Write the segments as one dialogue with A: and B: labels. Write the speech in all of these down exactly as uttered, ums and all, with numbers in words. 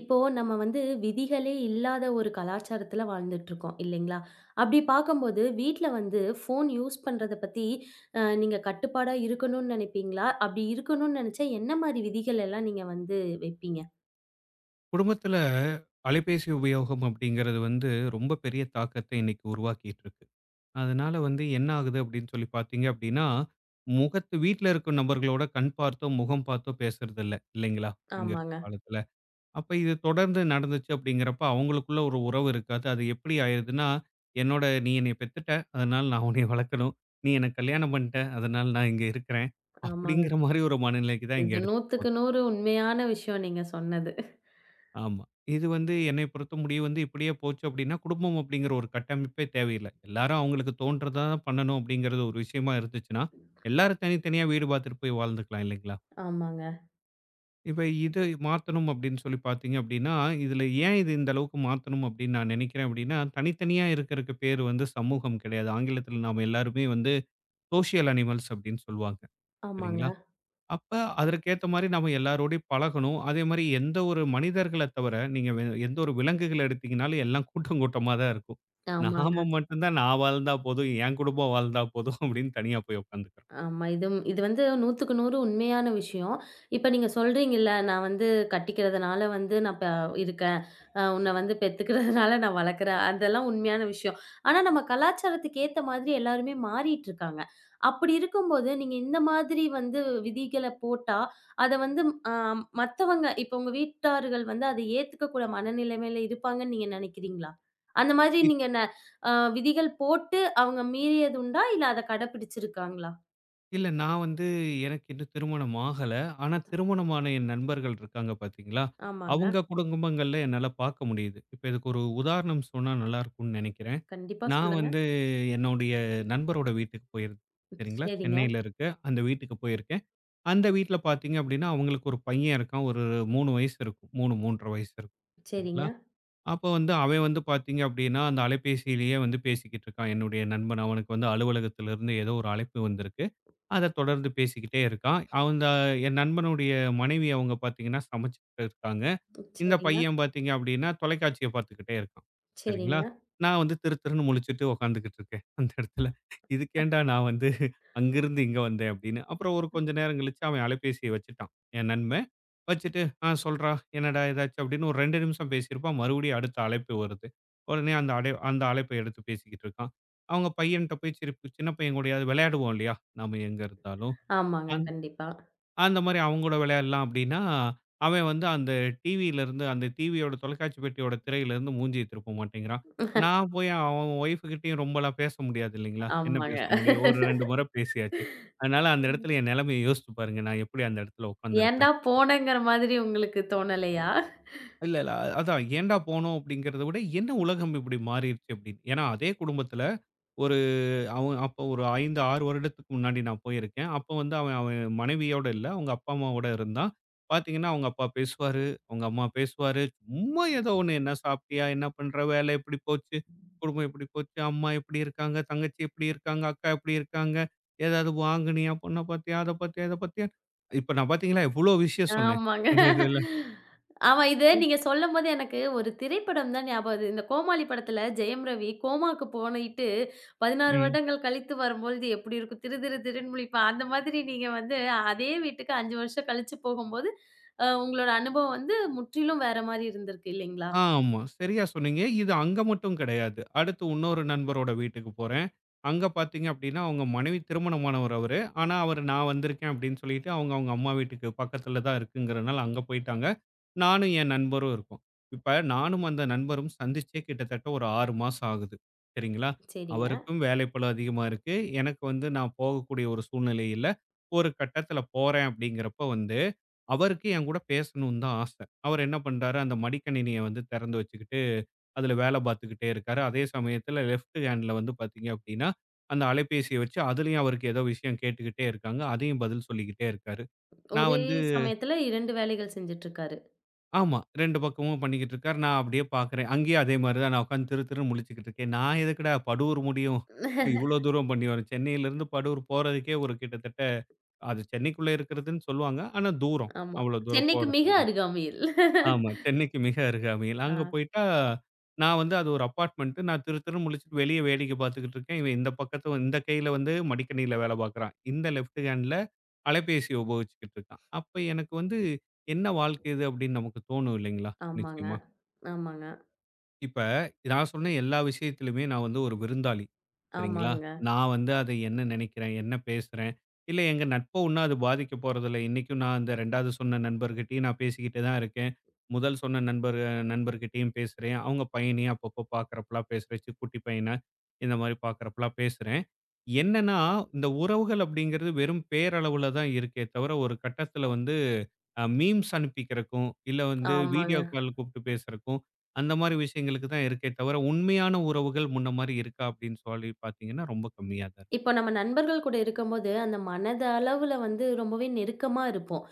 A: இப்போ நம்ம வந்து விதிகளே இல்லாத ஒரு கலாச்சாரத்துல வாழ்ந்துட்டு இருக்கோம் இல்லைங்களா? அப்படி பார்க்கும்போது வீட்ல வந்து ஃபோன் யூஸ் பண்றத பத்தி அ நீங்க கட்டுப்பாடா இருக்கணும்னு நினைப்பீங்களா? அப்படி இருக்கணும்னு நினைச்சா என்ன மாரி விதிகள் எல்லாம் நீங்க வந்து வைப்பீங்க?
B: குடும்பத்துல அலைபேசி உபயோகம் அப்படிங்கிறது வந்து ரொம்ப பெரிய தாக்கத்தை இன்னைக்கு உருவாக்கிட்டு இருக்கு. அதனால வந்து என்ன ஆகுது அப்படின்னு சொல்லி பார்த்தீங்க அப்படின்னா, முகத்து வீட்ல இருக்கும் நபர்களோட கண் பார்த்தோ, முகம் பார்த்தோ பேசுறது இல்ல, இல்லைங்களா? இங்க இருக்க
A: ஆமாங்க,
B: காலத்துல. அப்ப இது தொடர்ந்து நடந்துச்சு அப்படிங்கிறப்ப அவங்களுக்குள்ள ஒரு உறவு இருக்காது. அது எப்படி ஆயிருதுன்னா, என்னோட நீ என்னைய பெத்துட்ட, அதனால நான் உன்னைய வளர்க்கணும். நீ என்ன கல்யாணம் பண்ணிட்ட, அதனால நான் இங்க இருக்கிறேன்.
A: ஆமாங்க.
B: அப்படிங்கிற மாரி ஒரு மனநிலைக்கு தான் இங்க
A: இது
B: எடுத்துட்டு போது.
A: 100க்கு நூற்றுக்கு உண்மையான விஷயம் நீங்க சொன்னது.
B: ஆமா. இது வந்து என்னை பொறுத்த முடிவு வந்து இப்படியே போச்சு அப்படின்னா, குடும்பம் அப்படிங்கிற ஒரு கட்டமைப்பே தேவையில்ல. எல்லாரும் அவங்களுக்கு தோன்றத தான் பண்ணணும் அப்படிங்கிறது ஒரு விஷயமா இருந்துச்சுன்னா, எல்லாரும் தனித்தனியா வீடு பார்த்துட்டு போய் வாழ்ந்துக்கலாம் இல்லைங்களா?
A: ஆமாங்க,
B: இப்ப இது மாத்தணும் அப்படின்னு சொல்லி பார்த்தீங்க அப்படின்னா, இதுல ஏன் இது இந்த அளவுக்கு மாத்தணும் அப்படின்னு நான் நினைக்கிறேன் அப்படின்னா, தனித்தனியா இருக்கிறதுக்கு பேர் வந்து சமூகம் கிடையாது. ஆங்கிலத்தில நாம எல்லாருமே வந்து சோசியல் அனிமல்ஸ் அப்படின்னு சொல்லுவாங்க.
A: ஆமாங்க,
B: சரிங்களா? அப்ப அதற்கேத்த மாரி நம்ம எல்லாரோடையும் பழகணும். அதே மாரி எந்த ஒரு மனிதர்கள தவிர, நீங்க வே எந்த ஒரு விலங்குகள எடுத்தீங்கனாலும் எல்லாம் கூட்டம் கூட்டமா தான் இருக்கும்.
A: ஆமாங்க.
B: நாம மட்டும் தான் நான் வாழ்ந்தா போதும், என் குடும்பம் வாழ்ந்தா போதும் அப்படின்னு தனியா போய் உட்காந்துக்கிறோம்.
A: ஆமா. இதும் இது வந்து 100க்கு நூறு உண்மையான விஷயம். இப்ப நீங்க சொல்றீங்கல்ல, நான் வந்து கட்டிக்கிறதுனால வந்து நான் இப்ப இருக்கேன். அ உன்ன வந்து பெத்துக்கிறதுனால நான் வளர்க்குறேன். அதெல்லாம் உண்மையான விஷயம். ஆனா நம்ம கலாச்சாரத்துக்கு ஏத்த மாதிரி எல்லாருமே மாறிட்டு இருக்காங்க. அப்படி இருக்கும்போது, நீங்க இந்த மாதிரி வந்து விதிகள போட்டா, அத வந்து அ மத்தவங்க இப்ப உங்க வீட்டார்கள் வந்து அத ஏத்துக்கக்கூட மனநிலைமையில இருப்பாங்கன்னு நீங்க நெனைக்கிறீங்களா? அந்த மாதிரி
B: இ
A: நீங்க ந அ விதிகள் போட்டு அவங்க மீறியது உண்டா? இல்ல அத கடைப்பிடிச்சிருக்காங்களா?
B: இல்ல நான் வந்து எனக்கு இன்னும் திருமணம் ஆகல. ஆனா திருமணமான என் நண்பர்கள் இருக்காங்க பார்த்தீங்களா,
A: ஆமாங்க.
B: அவங்க குடும்பங்கள்ல என்னால பார்க்க முடியுது. இப்ப இதுக்கு ஒரு உதாரணம் சொன்னா நல்லா இருக்கும்னு நினைக்கிறேன்.
A: கண்டிப்பா
B: நான்
A: சொல்லுங்க.
B: வந்து என்னுடைய நண்பரோட வீட்டுக்கு போயிருந்தேன். சரிங்களா,
A: சரிங்க,
B: சென்னையில இருக்கு. அந்த வீட்டுக்கு போயிருக்கேன். அந்த வீட்ல பார்த்தீங்க அப்படின்னா, அவங்களுக்கு ஒரு பையன் இருக்கான். ஒரு மூணு வயசு இருக்கும். மூணு, மூணு அரை வயசு இருக்கும்.
A: சரிங்க,
B: சரிங்களா? அப்ப வந்து அவன் வந்து பார்த்தீங்க அப்படின்னா, அந்த அலைபேசியிலேயே வந்து பேசிக்கிட்டு இருக்கான். என்னுடைய நண்பன். அவனுக்கு வந்து அலுவலகத்திலிருந்து ஏதோ ஒரு அழைப்பு வந்திருக்கு. அத தொடர்ந்து பேசிக்கிட்டே இருக்கான். அந்த என் நண்பனுடைய மனைவி அவங்க பார்த்தீங்கன்னா, சமைச்சுக்கிட்டு இருக்காங்க. இந்த
A: சரிங்க,
B: பையன் பார்த்தீங்க அப்படின்னா, தொலைக்காட்சிய பார்த்துக்கிட்டே இருக்கான். சரிங்களா?
A: சரிங்க.
B: நான் வந்து திரு திருன்னு முழிச்சுட்டு உட்காந்துக்கிட்டு இருக்கேன், அந்த இடத்துல. இதுக்கேன்டா நான் வந்து அங்கிருந்து இங்க வந்தேன் அப்படின்னு. அப்புறம் ஒரு கொஞ்ச நேரம் கழிச்சு அவன் அலைபேசிய வச்சுட்டான், என் நண்பன். வச்சுட்டு, ஆ சொல்றா, என்னடா ஏதாச்சு அப்படின்னு ஒரு ரெண்டு நிமிஷம் பேசியிருப்பான். மறுபடியும் அடுத்த அழைப்பு வருது. உடனே அந்த அடை அந்த அழைப்ப எடுத்து பேசிக்கிட்டு இருக்கான். அவங்க பையன்ட்ட போய் சரி சின்ன பையன் கூடயாவது விளையாடுவோம் இல்லையா? நாம எங்க இருந்தாலும்.
A: ஆமாங்க. கண்டிப்பா.
B: அந்த மாரி அவங்களோட விளையாடலாம் அப்படின்னா, அவன் வந்து அந்த டிவியிலருந்து அந்த டிவியோட தொலைக்காட்சி பெட்டியோட திரையிலருந்து மூஞ்சிய திருப்ப மாட்டேங்கிறான். நான் போய் அவன் ஒய்ஃப் கிட்டயும் ரொம்பலாம் பேச முடியாது இல்லைங்களா? என்ன
A: ஆமாங்க.
B: பேச முடியும்? ஒரு ரெண்டு முறை பேசியாச்சு. அதனால அந்த இடத்துல என் நிலைமைய யோசிச்சு பாருங்க. நான் எப்படி அந்த இடத்துல
A: ஏன்டா
B: உட்கார்ந்திருப்பேன்.
A: போனேங்கிற மாதிரி உங்களுக்கு தோணலையா?
B: இல்ல, இல்ல. அ- அதான் ஏன்டா போனோம் அப்படிங்கிறத விட, என்ன உலகம் இப்படி மாறிருச்சு அப்படின்னு. ஏன்னா அதே குடும்பத்துல ஒரு அவன் அப்போ ஒரு அஞ்சு, ஆறு வருடத்துக்கு முன்னாடி நான் போயிருக்கேன். அப்போ வந்து அவன் அவன் மனைவியோட இல்ல. அவங்க அப்பா, அம்மாவோட இருந்தான். பார்த்தீங்கன்னா, அவங்க அப்பா பேசுவாரு, அவங்க அம்மா பேசுவாரு. சும்மா ஏதோ ஒண்ணு "என்ன சாப்பிட்டியா? என்ன பண்ற? வேலை எப்படி போச்சு? குடும்பம் எப்படி போச்சு? அம்மா எப்படி இருக்காங்க? தங்கச்சி எப்படி இருக்காங்க? அக்கா எப்படி இருக்காங்க? ஏதாவது வாங்குனியா? பொண்ண பார்த்தியா? அத பார்த்தியா? இத பார்த்தியா?" இப்ப நான் பார்த்தீங்களா, எவ்ளோ விஷயம் சொன்னேன்.
A: ஆமாங்க.
B: இந்த இதுல.
A: ஆமா. இது நீங்க சொல்லும்போது எனக்கு ஒரு திரைப்படம் தான் ஞாபகம் வருது. இந்த கோமாளி படத்துல ஜெயம் ரவி கோமாக்கு போயிட்டு பதினாறு
B: ம்.
A: வருடங்கள் கழித்து வரும்பொழுது எப்படி இருக்கும்? திரு திரு திருன்னு முழிப்பான். அந்த மாதிரி நீங்க வந்து அதே வீட்டுக்கு ஐந்து வருஷம் கழிச்சு போகும்போது, அ உங்களோட அனுபவம் வந்து முற்றிலும் வேற மாரி இருந்திருக்கு இல்லைங்களா?
B: ஆமா. சரியா சொன்னீங்க. இது அங்க மட்டும் கிடையாது. அடுத்து இன்னொரு நண்பரோட வீட்டுக்கு போறேன். அங்க பார்த்தீங்க அப்படின்னா, அவங்க மனைவி திருமணமானவர் அவரு. ஆனா, அவரு நான் வந்திருக்கேன் அப்படின்னு சொல்லிட்டு, அவங்க அவங்க அம்மா வீட்டுக்கு பக்கத்துல தான் இருக்குங்கிறனால அங்க போயிட்டாங்க. நானும் என் நண்பரும் இருக்கோம். இப்ப நானும் அந்த நண்பரும் சந்திச்சே கிட்டத்தட்ட ஒரு ஆறு மாசம் ஆகுது. சரிங்களா?
A: சரிங்க.
B: அவருக்கும் வேலைப்பளு அதிகமா இருக்கு. எனக்கு வந்து நான் போகக்கூடிய ஒரு சூழ்நிலை இல்ல. ஒரு கட்டத்துல போறேன் அப்படிங்கிறப்ப வந்து, அவருக்கு என் கூட பேசணும்னு தான் ஆச. அவர் என்ன பண்றாரு, அந்த மடிக்கணினிய வந்து திறந்து வச்சுக்கிட்டு, அதுல வேலை பார்த்துக்கிட்டே இருக்காரு. அதே சமயத்துல லெஃப்ட் ஹேண்ட்ல வந்து பார்த்தீங்க அப்படின்னா, அந்த அலைபேசிய வச்சு அதுலயும் அவருக்கு ஏதோ விஷயம் கேட்டுக்கிட்டே இருக்காங்க. அதையும் பதில் சொல்லிக்கிட்டே இருக்காரு. நான்
A: ஒரே
B: வந்து
A: சமயத்துல இரண்டு வேலைகள் செஞ்சுட்டு இருக்காரு.
B: ஆமா ரெண்டு பக்கமும் பண்ணிக்கிட்டு இருக்காரு. நான் அப்படியே பார்க்குறேன். அங்கேயும் அதே மாரி தான் நான் உட்காந்து திரு திருன்னு முழிச்சுக்கிட்டு இருக்கேன். நான் எதுக்குடா படூர் முடியும்? இவ்வளோ தூரம் பண்ணி வரேன். சென்னையிலிருந்து படூர் போறதுக்கே ஒரு கிட்டத்தட்ட அது சென்னைக்குள்ள இருக்கிறதுன்னு சொல்லுவாங்க. ஆனா தூரம்.
A: ஆமா.
B: அவ்வளோ தூரம்
A: சென்னைக்கு
B: போறது.
A: மிக அருகாமையில்.
B: ஆமா. சென்னைக்கு மிக அருகாமையில. அங்க
A: ஆ.
B: போயிட்டா, நான் வந்து அது ஒரு அபார்ட்மெண்ட்டு. நான் திரு திருன்னு முழிச்சுட்டு வெளிய வேடிக்கை பார்த்துக்கிட்டு இருக்கேன். இவன் இந்த பக்கத்து இந்த கையில வந்து மடிக்கணினியில வேலை பார்க்குறான். இந்த லெஃப்ட் ஹேண்ட்ல அலைபேசிய உபயோகிச்சுக்கிட்டு இருக்கான். அப்ப எனக்கு வந்து என்ன வாழ்க்கை இது அப்படின்னு நமக்கு தோணும் இல்லைங்களா?
A: ஆமாங்க.
B: நிச்சயமா.
A: ஆமாங்க.
B: இப்ப நான் சொன்ன எல்லா விஷயத்திலுமே நான் வந்து ஒரு விருந்தாளி. சரிங்களா?
A: ஆமாங்க.
B: நான் வந்து அத என்ன நினைக்கிறேன், என்ன பேசுறேன், இல்ல எங்க நட்ப ஒண்ணும் அது பாதிக்க போறதில்ல. இன்னைக்கும் நான் அந்த 2வது சொன்ன நண்பர்கிட்டயும் நான் பேசிக்கிட்டு தான் இருக்கேன். முதல் சொன்ன நண்பர் நண்பர்கிட்டயும் பேசுறேன். அவங்க பையனையும் அப்பப்போ பார்க்குறப்பலாம் பேசுறேன். சிக்குட்டி பையன இந்த மாரி பார்க்குறப்பலாம் பேசுறேன். என்னன்னா, இந்த உறவுகள் அப்படிங்கிறது வெறும் பேரளவுல தான் இருக்கே தவிர, ஒரு கட்டத்தில வந்து அ மீம்ஸ் அனுப்பிக்கிறக்கும், இல்ல வந்து
A: ஆமாங்க.
B: வீடியோ கால் கூப்பிட்டு பேசுறக்கும், அந்த மாரி விஷயங்களுக்கு தான் இருக்கே தவிர, உண்மையான உறவுகள் முன்ன மாரி இருக்கா அப்படின்னு சொல்லி பார்த்தீங்கன்னா, ரொம்ப கம்மியா தான் இருக்கு.
A: இப்போ நம்ம நண்பர்கள் கூட இருக்கும்போது, அந்த மனத அளவுல வந்து ரொம்பவே நெருக்கமா இருப்போம்.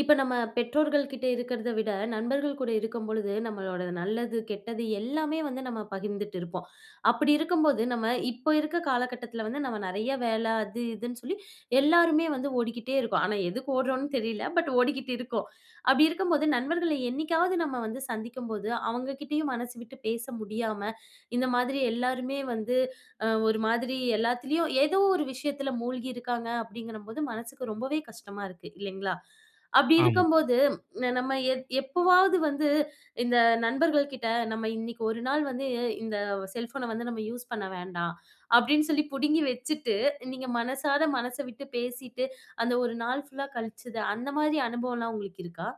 A: இப்ப நம்ம பெற்றோர்கள் கிட்ட இருக்கிறத விட, நண்பர்கள் கூட இருக்கும்பொழுது, நம்மளோட நல்லது, கெட்டது எல்லாமே வந்து நம்ம பகிர்ந்துட்டு இருப்போம். அப்படி இருக்கும்போது, நம்ம இப்போ இருக்க காலகட்டத்தில வந்து நம்ம நெறைய வேல அது இதுன்னு சொல்லி எல்லாருமே வந்து ஓடிக்கிட்டே இருக்கோம். ஆனா எதுக்கு ஓடுறோம்னு தெரியல. பட் ஓடிக்கிட்டு இருக்கோம். அப்படி இருக்கும்போது, நண்பர்கள என்னைக்காவது நம்ம வந்து சந்திக்கும்போது, அவங்க கிட்டயும் மனசு விட்டு பேச முடியாம, இந்த மாதிரி எல்லாருமே வந்து அ ஒரு மாதிரி எல்லாத்துலயும் ஏதோ ஒரு விஷயத்துல மூழ்கி இருக்காங்க அப்படிங்கிறம்போது மனசுக்கு ரொம்பவே கஷ்டமா இருக்கு இல்லைங்களா? அப்படி
B: ஆமா.
A: இருக்கும்போது ந நம்ம எப் எப்பவாவது வந்து இந்த நண்பர்கள் கிட்ட நம்ம இன்னைக்கு ஒரு நாள் வந்து இந்த செல்ஃபோன வந்து நம்ம யூஸ் பண்ண வேண்டாம் அப்படின்னு சொல்லி புடுங்கி வச்சுட்டு, நீங்க மனசார மனச விட்டு பேசிட்டு, அந்த ஒரு நாள் ஃபுல்லா கழிச்சது அந்த மாதிரி அனுபவம்லாம் உங்களுக்கு இருக்கா?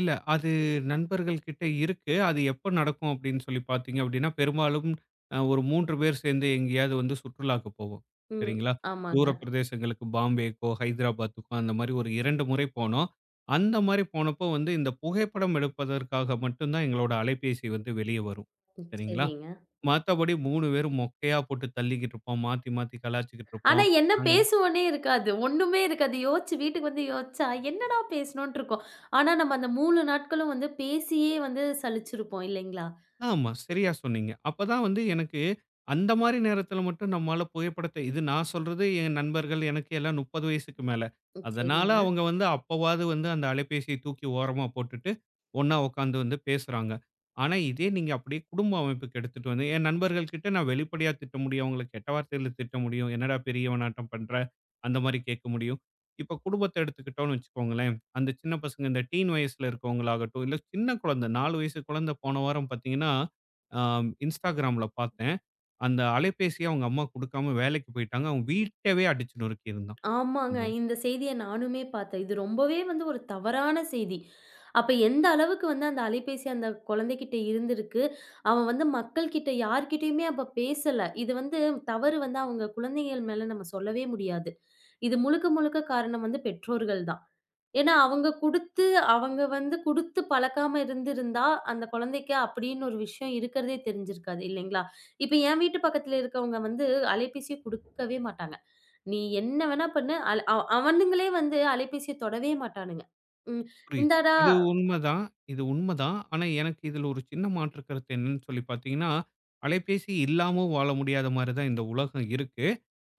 B: இல்ல அது நண்பர்கள் கிட்ட இருக்கு. அது எப்ப நடக்கும் அப்படின்னு சொல்லி பார்த்தீங்க அப்படின்னா, பெரும்பாலும் அ ஒரு மூணு பேர் சேர்ந்து எங்கேயாவது வந்து சுற்றுலாக்கு போவோம்.
A: ம்.
B: சரிங்களா? தூர
A: ஆமாங்க.
B: பிரதேசங்களுக்கு பாம்பேக்கோ, ஹைதராபாத்துக்கோ அந்த மாரி ஒரு ரெண்டு முறை போனோம். அந்த மாரி போனப்போ வந்து இந்த புகைப்படம் எடுப்பதற்காக மட்டும் தான் எங்களோட அலைபேசி வந்து வெளிய வரும்.
A: ம்.
B: சரிங்களா?
A: சரிங்க.
B: மத்தபடி மூணு பேரும் மொக்கையா போட்டு தள்ளிக்கிட்டு இருப்போம். மாத்தி, மாத்தி கலாய்ச்சுக்கிட்டு
A: ஆனா
B: இருப்போம்.
A: என்ன
B: நாங்க
A: பேசுவோன்னே இருக்காது. ஒண்ணுமே இருக்காது. யோசிச்சு வீட்டுக்கு வந்து யோசிச்சா, என்னடா பேசினோன்ட்டு இருக்கும். ஆனா நம்ம அந்த மூணு நாட்களும் வந்து பேசியே வந்து சலிச்சிருப்போம் இல்லைங்களா?
B: ஆமா, சரியா சொன்னீங்க. அப்பதான் வந்து எனக்கு அந்த மாரி நேரத்தில மட்டும் நம்மால புகைப்படத்த இது நான் சொல்றது என் நண்பர்கள் எனக்கு எல்லாம் முப்பது வயசுக்கு மேல.
A: ம்.
B: அதனால
A: சரிங்க.
B: அவங்க வந்து அப்பவாவது வந்து அந்த அலைபேசிய தூக்கி ஓரமா போட்டுட்டு, ஒண்ணா உட்காந்து வந்து பேசுறாங்க. ஆனா, இதே நீங்க அப்படியே குடும்ப அமைப்புக்கு எடுத்துட்டு வந்து என் நண்பர்கள் கிட்ட நான் வெளிப்படையா திட்ட முடியும். அவங்கள கெட்ட வார்த்தையில திட்ட முடியும். "என்னடா பெரியவனாட்டம் பண்ற?" அந்த மாரி கேட்க முடியும். இப்ப குடும்பத்த எடுத்துக்கிட்டோம்னு வச்சுக்கோங்களேன். அந்த சின்ன பசங்க இந்த டீன் வயசுல இருக்கவங்களாகட்டும், இல்ல சின்ன குழந்தை நாலு வயசு குழந்தை போன வாரம் பார்த்தீங்கன்னா, அ இன்ஸ்டாகிராம்ல பார்த்தேன். அந்த அலைபேசிய அவங்க அம்மா குடுக்காம வேலைக்கு போயிட்டாங்க. அவன் வீட்டவே அடிச்சு நொறுக்கியிருந்தான்.
A: ஆமாங்க.
B: இந்த
A: இந்த செய்திய நானுமே பார்த்தேன். இது ரொம்பவே வந்து ஒரு தவறான செய்தி. அப்ப எந்த அளவுக்கு வந்து அந்த அலைபேசி அந்த குழந்தைகிட்ட இருந்திருக்கு. அவன் வந்து மக்கள் கிட்ட யார்கிட்டயுமே அப்ப பேசல. இது வந்து தவறு வந்து அவங்க குழந்தைகள் மேல நம்ம சொல்லவே முடியாது. இது முழுக்க முழுக்க காரணம் வந்து பெற்றோர்கள் தான். ஏன்னா, அவங்க குடுத்து அவங்க வந்து குடுத்து பழக்காம இருந்திருந்தா, அந்த குழந்தைக்கு அப்படின்னு ஒரு விஷயம் இருக்கிறதே தெரிஞ்சிருக்காது இல்லைங்களா? இப்ப என் வீட்டு பக்கத்துல இருக்கவங்க வந்து அலைபேசிய குடுக்கவே மாட்டாங்க. நீ என்ன வேணா பண்ணு, அல அவ அவனுங்களே வந்து அலைபேசிய தொடவே மாட்டானுங்க. ம்.
B: புரியுது.
A: இந்தாடா
B: இது உண்மதான். இது உண்மதான். ஆனா, எனக்கு இதுல ஒரு சின்ன மாற்று கருத்து என்னன்னு சொல்லி பார்த்தீங்கன்னா, அலைபேசி இல்லாம வாழ முடியாத மாரி தான் இந்த உலகம் இருக்கு.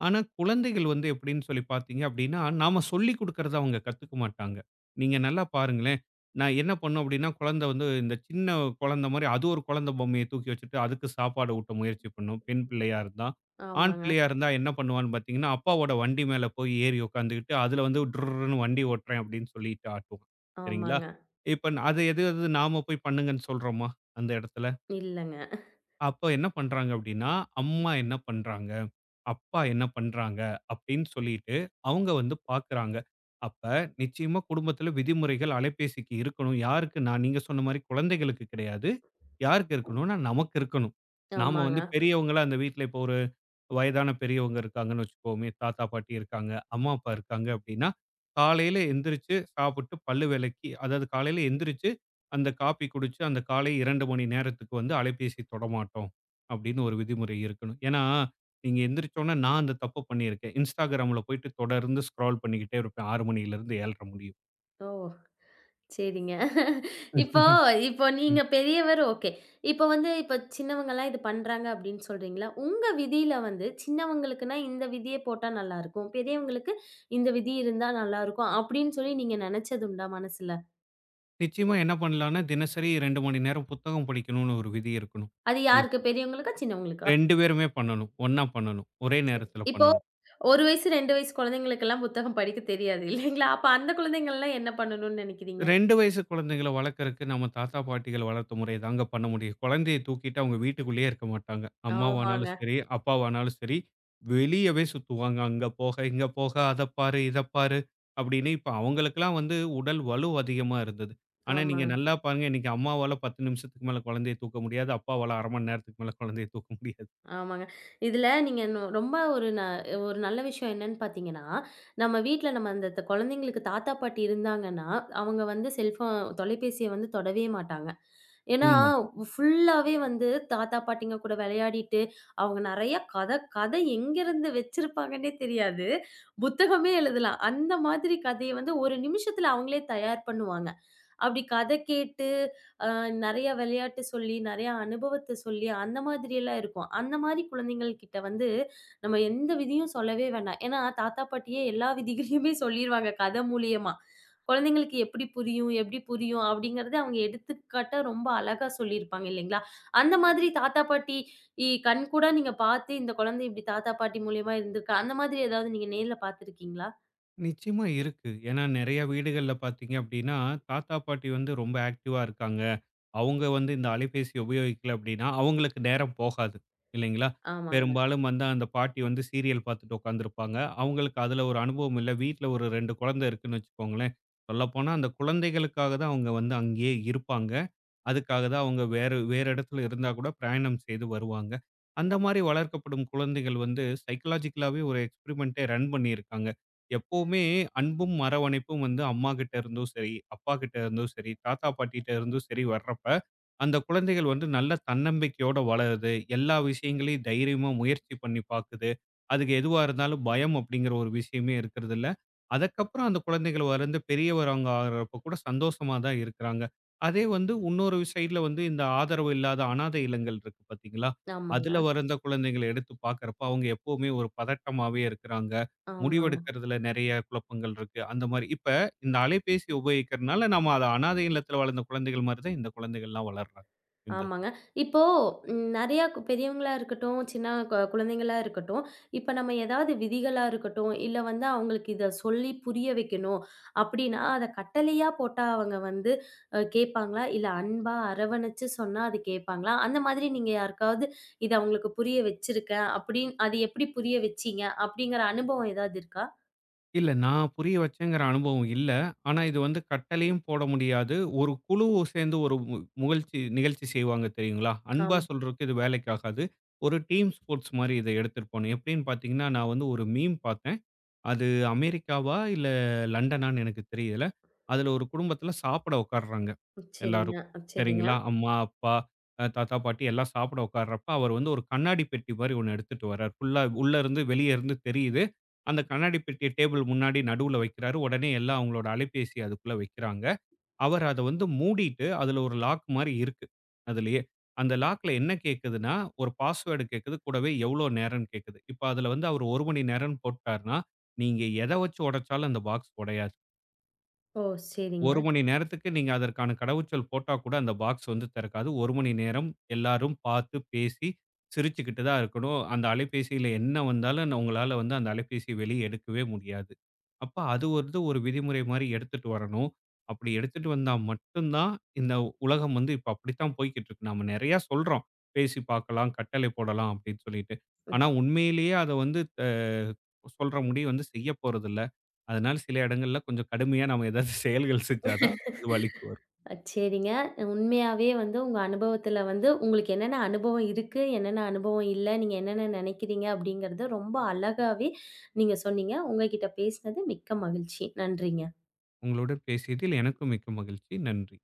B: ஆனா, குழந்தைகள் வந்து எப்படின்னு சொல்லி பார்த்தீங்க அப்படின்னா, நாம சொல்லிக் குடுக்கிறத அவங்க கத்துக்க மாட்டாங்க. நீங்க நல்லா பாருங்களேன், நான் என்ன பண்ணோம் அப்படின்னா, குழந்தை வந்து இந்த சின்ன குழந்தை மாரி அது ஒரு குழந்தை பொம்மைய தூக்கி வச்சுட்டு, அதுக்கு சாப்பாடு ஊட்ட முயற்சி பண்ணும். பெண் பிள்ளையா இருந்தா. ஆண்
A: ஆமாங்க,
B: பிள்ளையா இருந்தா என்ன பண்ணுவான்னு பார்த்தீங்கன்னா, அப்பாவோட வண்டி மேல போய் ஏறி உட்காந்துக்கிட்டு, அதுல வந்து டுர்ருன்னு வண்டி ஓட்டுறேன் அப்படின்னு சொல்லிட்டு ஆட்டுவான். சரிங்களா?
A: ஆமாங்க.
B: இப்ப அது எது எது நாம போய் பண்ணுங்கன்னு சொல்றோமா? அந்த இடத்துல?
A: இல்லங்க.
B: அப்ப என்ன பண்றாங்க அப்படின்னா, அம்மா என்ன பண்றாங்க? அப்பா என்ன பண்றாங்க? அப்படின்னு சொல்லிட்டு அவங்க வந்து பார்க்குறாங்க. அப்ப நிச்சயமா குடும்பத்தில விதிமுறைகள் அலைபேசிக்கு இருக்கணும். யாருக்கு நான் நீங்க சொன்ன மாரி குழந்தைகளுக்கு கிடையாது. யாருக்கு இருக்கணும்னா, நமக்கு இருக்கணும். நாம
A: ஆமாங்க.
B: வந்து பெரியவங்களா அந்த வீட்ல இப்போ ஒரு வயதான பெரியவங்க இருக்காங்கன்னு வச்சுக்கோமே, தாத்தா, பாட்டி இருக்காங்க, அம்மா, அப்பா இருக்காங்க அப்படின்னா, காலையில எந்திரிச்சு சாப்பிட்டு பல்லு விளக்கி, அதாவது காலையில எந்திரிச்சு அந்த காப்பி குடிச்சு அந்த காலை ரெண்டு மணி நேரத்துக்கு வந்து அலைபேசி தொடமாட்டோம் அப்படின்னு ஒரு விதிமுறை இருக்கணும். ஏன்னா, நீங்க எந்திரிச்சோனே நான் அந்த தப்ப பண்ணியிருக்கேன். Instagramல போயிட்டு தொடர்ந்து ஸ்க்ரால் பண்ணிக்கிட்டே இருப்பேன் ஆறு மணியிலிருந்து ஏழரை முடியும்.
A: ஓ! சரிங்க. இப்போ இப்போ
B: ம்.
A: நீங்க பெரியவர் ஓகே. இப்போ வந்து இப்போ சின்னவங்கலாம் இது பண்றாங்க அப்படின்னு சொல்றீங்களா? உங்க விதியில வந்து சின்னவங்களுக்குன்னா இந்த விதிய போட்டா நல்லாருக்கும். பெரியவங்களுக்கு இந்த விதி இருந்தா நல்லாருக்கும் அப்படின்னு சொல்லி நீங்க நெனச்சது உண்டா மனசுல?
B: நிச்சயமா என்ன பண்ணலாம்னா, தினசரி ரெண்டு மணி நேரம் புத்தகம் படிக்கணும்னு ஒரு விதி இருக்கணும்.
A: அது யாருக்கு?
B: வீட்ல
A: பெரியவங்களுக்கா? சின்னவங்களுக்கா?
B: ரெண்டு பேருமே பண்ணணும். ஒண்ணா பண்ணணும். ஒரே நேரத்துல
A: இப்போ
B: பண்ணணும்.
A: ஒரு வயசு ரெண்டு வயசு குழந்தைங்களுக்கெல்லாம் புத்தகம் படிக்க தெரியாது இல்லைங்களா? அப்ப அந்த குழந்தைங்கள்லாம் என்ன பண்ணணும்னு நெனைக்கிறீங்க?
B: ரெண்டு வயசு குழந்தைகள வளர்க்கறக்கு நம்ம தாத்தா, பாட்டிகள் வளர்த்த முறை தாங்க பண்ண முடியும். குழந்தைய தூக்கிட்டு அவங்க வீட்டுக்குள்ளேயே இருக்க மாட்டாங்க.
A: ஆமாங்க.
B: அம்மாவானாலும் சரி, அப்பாவானாலும் சரி, வெளியவே சுத்துவாங்க. அங்க போக, இங்க போக, அத பாரு, இத பாரு அப்படின்னு. இப்ப அவங்களுக்கெல்லாம் வந்து உடல் வலு அதிகமா இருந்தது. ஆனா
A: ஆமா.
B: நீங்க நல்லா பாருங்க, இன்னைக்கு அம்மாவால பத்து நிமிஷத்துக்கு மேல குழந்தைய தூக்க முடியாது. அப்பாவால அரை மணி நேரத்துக்கு மேல குழந்தைய தூக்க முடியாது.
A: ஆமாங்க. இதுல நீங்க நொ ரொம்ப ஒரு ந ஒரு நல்ல விஷயம் என்னன்னு பார்த்தீங்கன்னா, நம்ம வீட்ல நம்ம அந்த த குழந்தைங்களுக்கு தாத்தா, பாட்டி இருந்தாங்கன்னா, அவங்க வந்து செல்ஃபோன் தொலைபேசிய வந்து தொடவே மாட்டாங்க. ஏன்னா,
B: உண்ம.
A: ஃபுல்லாவே வந்து தாத்தா, பாட்டிங்க கூட விளையாடிட்டு, அவங்க நெறைய கத கத எங்கேருந்து வச்சிருப்பாங்கன்னே தெரியாது. புத்தகமே எழுதலாம். அந்த மாதிரி கதைய வந்து ஒரு நிமிஷத்துல அவங்களே தயார் பண்ணுவாங்க. அப்படி கத கேட்டு நெறைய விளையாட்டு சொல்லி, நெறைய அனுபவத்த சொல்லி, அந்த மாதிரியெல்லாம் இருக்கும். அந்த மாரி குழந்தைங்கள் கிட்ட வந்து, நம்ம எந்த விதியும் சொல்லவே வேண்டாம். ஏன்னா, தாத்தா, பாட்டியே எல்லா விதிகளையுமே சொல்லிருவாங்க கத மூலியமா. குழந்தைங்களுக்கு எப்படி புரியும், எப்படி புரியும் அப்படிங்கிறத அவங்க எடுத்துக்காட்டா ரொம்ப அழகா சொல்லியிருப்பாங்க இல்லைங்களா? அந்த மாதிரி தாத்தா, பாட்டி இ கண்கூடா நீங்க பார்த்து, இந்த குழந்தை இப்படி தாத்தா, பாட்டி மூலியமா இருந்திருக்கா, அந்த மாதிரி ஏதாவது நீங்க நேர்ல பார்த்துருக்கீங்களா?
B: நிச்சயமா இருக்கு. ஏன்னா நெறைய வீடுகள்ல பார்த்தீங்க அப்டின்னா, தாத்தா, பாட்டி வந்து ரொம்ப ஆக்டிவா இருக்காங்க. அவங்க வந்து இந்த அலைபேசிய உபயோகிக்கல அப்டின்னா, அவங்களுக்கு நேரம் போகாது இல்லைங்களா?
A: ஆமாங்க.
B: பெரும்பாலும் வந்து அந்த பாட்டி வந்து சீரியல் பார்த்துட்டு உட்காந்துருப்பாங்க. அவங்களுக்கு அதுல ஒரு அனுபவம் இல்ல. வீட்ல ஒரு ரெண்டு குழந்தை இருக்குன்னு வச்சுக்கோங்களேன். சொல்லப்போனா அந்த குழந்தைகளுக்காக தான் அவங்க வந்து அங்கேயே இருப்பாங்க. அதுக்காக தான் அவங்க வேறு வேறு இடத்துல இருந்தா கூட பிரயாணம் செய்து வருவாங்க. அந்த மாரி வளர்க்கப்படும் குழந்தைகள் வந்து சைக்காலஜிக்கலாவே ஒரு எக்ஸ்பெரிமென்ட்டே ரன் பண்ணியிருக்காங்க. எப்பவுமே அன்பும் அரவணைப்பும் வந்து அம்மா கிட்ட இருந்தும் சரி, அப்பா கிட்ட இருந்தும் சரி, தாத்தா பாட்டிட்ட இருந்தும் சரி வர்றப்ப, அந்த குழந்தைகள் வந்து நல்ல தன்னம்பிக்கையோட வளருது. எல்லா விஷயங்களையும் தைரியமா முயற்சி பண்ணி பாக்குது. அதுக்கு எதுவா இருந்தாலும் பயம் அப்படிங்கிற ஒரு விஷயமே இருக்கிறதில்ல. அதுக்கப்புறம் அந்த குழந்தைகள் வளர்ந்து பெரியவங்க ஆகுறப்ப கூட சந்தோஷமா தான் இருக்கிறாங்க. அதே வந்து இன்னொரு சைடுல வந்து இந்த ஆதரவு இல்லாத அனாதை இல்லங்கள் இருக்கு பாத்தீங்களா? அதுல
A: ஆமாங்க.
B: வளர்ந்த குழந்தைகள எடுத்து பாக்குறப்ப அவங்க எப்பவுமே ஒரு பதட்டமாவே இருக்கிறாங்க.
A: ஆமாங்க.
B: முடிவெடுக்கிறதுல நெறைய குழப்பங்கள் இருக்கு. அந்த மாரி இப்ப இந்த அலைபேசி உபயோகிக்கிறனால நம்ம அத அனாதை இல்லத்துல வளர்ந்த குழந்தைகள் மாரி தான் இந்த குழந்தைகள்லாம் வளர்றாங்க. இந்த இதுல.
A: ஆமாங்க. இப்போ ம் நெறையா கு பெரியவங்களா இருக்கட்டும், சின்ன கொ குழந்தைங்களா இருக்கட்டும், இப்ப நம்ம ஏதாவது விதிகளா இருக்கட்டும், இல்ல வந்து அவங்களுக்கு இத சொல்லி புரிய வைக்கணும் அப்டின்னா, அத கட்டளையா போட்டா அவங்க வந்து அ கேட்பாங்களா? இல்ல அன்பா அரவணைச்சு சொன்னா அது கேட்பாங்களா? அந்த மாதிரி நீங்க யாருக்காவது இத அவங்களுக்கு புரிய வச்சிருக்கேன் அப்டின்னு அது எப்டி புரிய வச்சீங்க? அப்டிங்கிற அனுபவம் ஏதாவது இருக்கா?
B: இல்ல நான் புரிய வச்சேங்கிற அனுபவம் இல்ல. ஆனா இது வந்து கட்டளையும் போட முடியாது. ஒரு குழு சேர்ந்து ஒரு மு முகழ்ச்சி நிகழ்ச்சி செய்வாங்க தெரியுங்களா? அன்பா
A: ஆம்.
B: சொல்றதுக்கு இது வேலைக்கு ஆகாது. ஒரு டீம் ஸ்போர்ட்ஸ் மாரி இத எடுத்துட்டு போணும். எப்படின்னு பார்த்தீங்கன்னா, நான் வந்து ஒரு மீம் பார்த்தேன். அது அமெரிக்காவா இல்ல லண்டனான்னு எனக்கு தெரியல. அதுல ஒரு குடும்பத்துல சாப்பிட உட்காருறாங்க
A: சரிங்க,
B: எல்லாரும்.
A: சரிங்க.
B: சரிங்களா? அம்மா, அப்பா, அ தாத்தா, பாட்டி எல்லாம் சாப்பிட உட்கார்றப்ப, அவர் வந்து ஒரு கண்ணாடி பெட்டி மாரி ஒண்ணு எடுத்துட்டு வர்றாரு. ஃபுல்லா உள்ள இருந்து வெளிய இருந்து தெரியுது. அந்த கண்ணாடி பெட்டிய டேபிள் முன்னாடி நடுவுல வைக்கிறாரு. உடனே எல்லாம் அவங்களோட அலைபேசிய அதுக்குள்ள வைக்கிறாங்க. அவர் அத வந்து மூடிட்டு, அதுல ஒரு லாக் மாரி இருக்கு. அதுலயே. அந்த லாக்ல என்ன கேட்குதுன்னா, ஒரு பாஸ்வேர்டு கேட்குது. கூடவே எவ்வளோ நேரம்ன்னு கேட்குது. இப்ப அதுல வந்து அவர் ஒரு மணி நேரம்ன்னு போட்டாருன்னா, நீங்க எத வச்சு உடைச்சாலும் அந்த பாக்ஸ் உடையாது.
A: ஓ! சரிங்க.
B: ஒரு மணி நேரத்துக்கு நீங்க அதற்கான கடவுச்சொல் போட்டா கூட அந்த பாக்ஸ் வந்து திறக்காது. ஒரு மணி நேரம் எல்லாரும் பார்த்து, பேசி, சிரிச்சுக்கிட்டு தான் இருக்கணும். அந்த அலைபேசியில என்ன வந்தாலும் ந உங்களால வந்து அந்த அலைபேசிய வெளிய எடுக்கவே முடியாது. அப்ப அது வந்து ஒரு விதிமுறை மாரி எடுத்துட்டு வரணும். அப்படி எடுத்துட்டு வந்தா மட்டும் தான் இந்த உலகம் வந்து இப்ப அப்படித்தான் போய்க்கிட்டு இருக்கு. நாம நெறையா சொல்றோம். பேசி பார்க்கலாம், கட்டளை போடலாம் அப்படின்னு சொல்லிட்டு. ஆனா உண்மையிலேயே அத வந்து த சொல்ற முடிய வந்து செய்ய போறதில்ல. அதனால சில இடங்கள்ல கொஞ்சம் கடுமையா நாம ஏதாவது செயல்கள் செஞ்சா தான் இது வழிக்கு வரும்.
A: அ சரிங்க. உண்மையாவே வந்து உங்க அனுபவத்துல வந்து உங்களுக்கு என்னென்ன அனுபவம் இருக்கு, என்னென்ன அனுபவம் இல்ல, நீங்க என்னென்ன நெனைக்கிறீங்க அப்படிங்கிறத ரொம்ப அழகாவே நீங்க சொன்னீங்க. உங்க கிட்ட பேசினது மிக்க மகிழ்ச்சி. நன்றிங்க.
B: உங்களுடன் பேசியதில் எனக்கும் மிக்க மகிழ்ச்சி. நன்றி.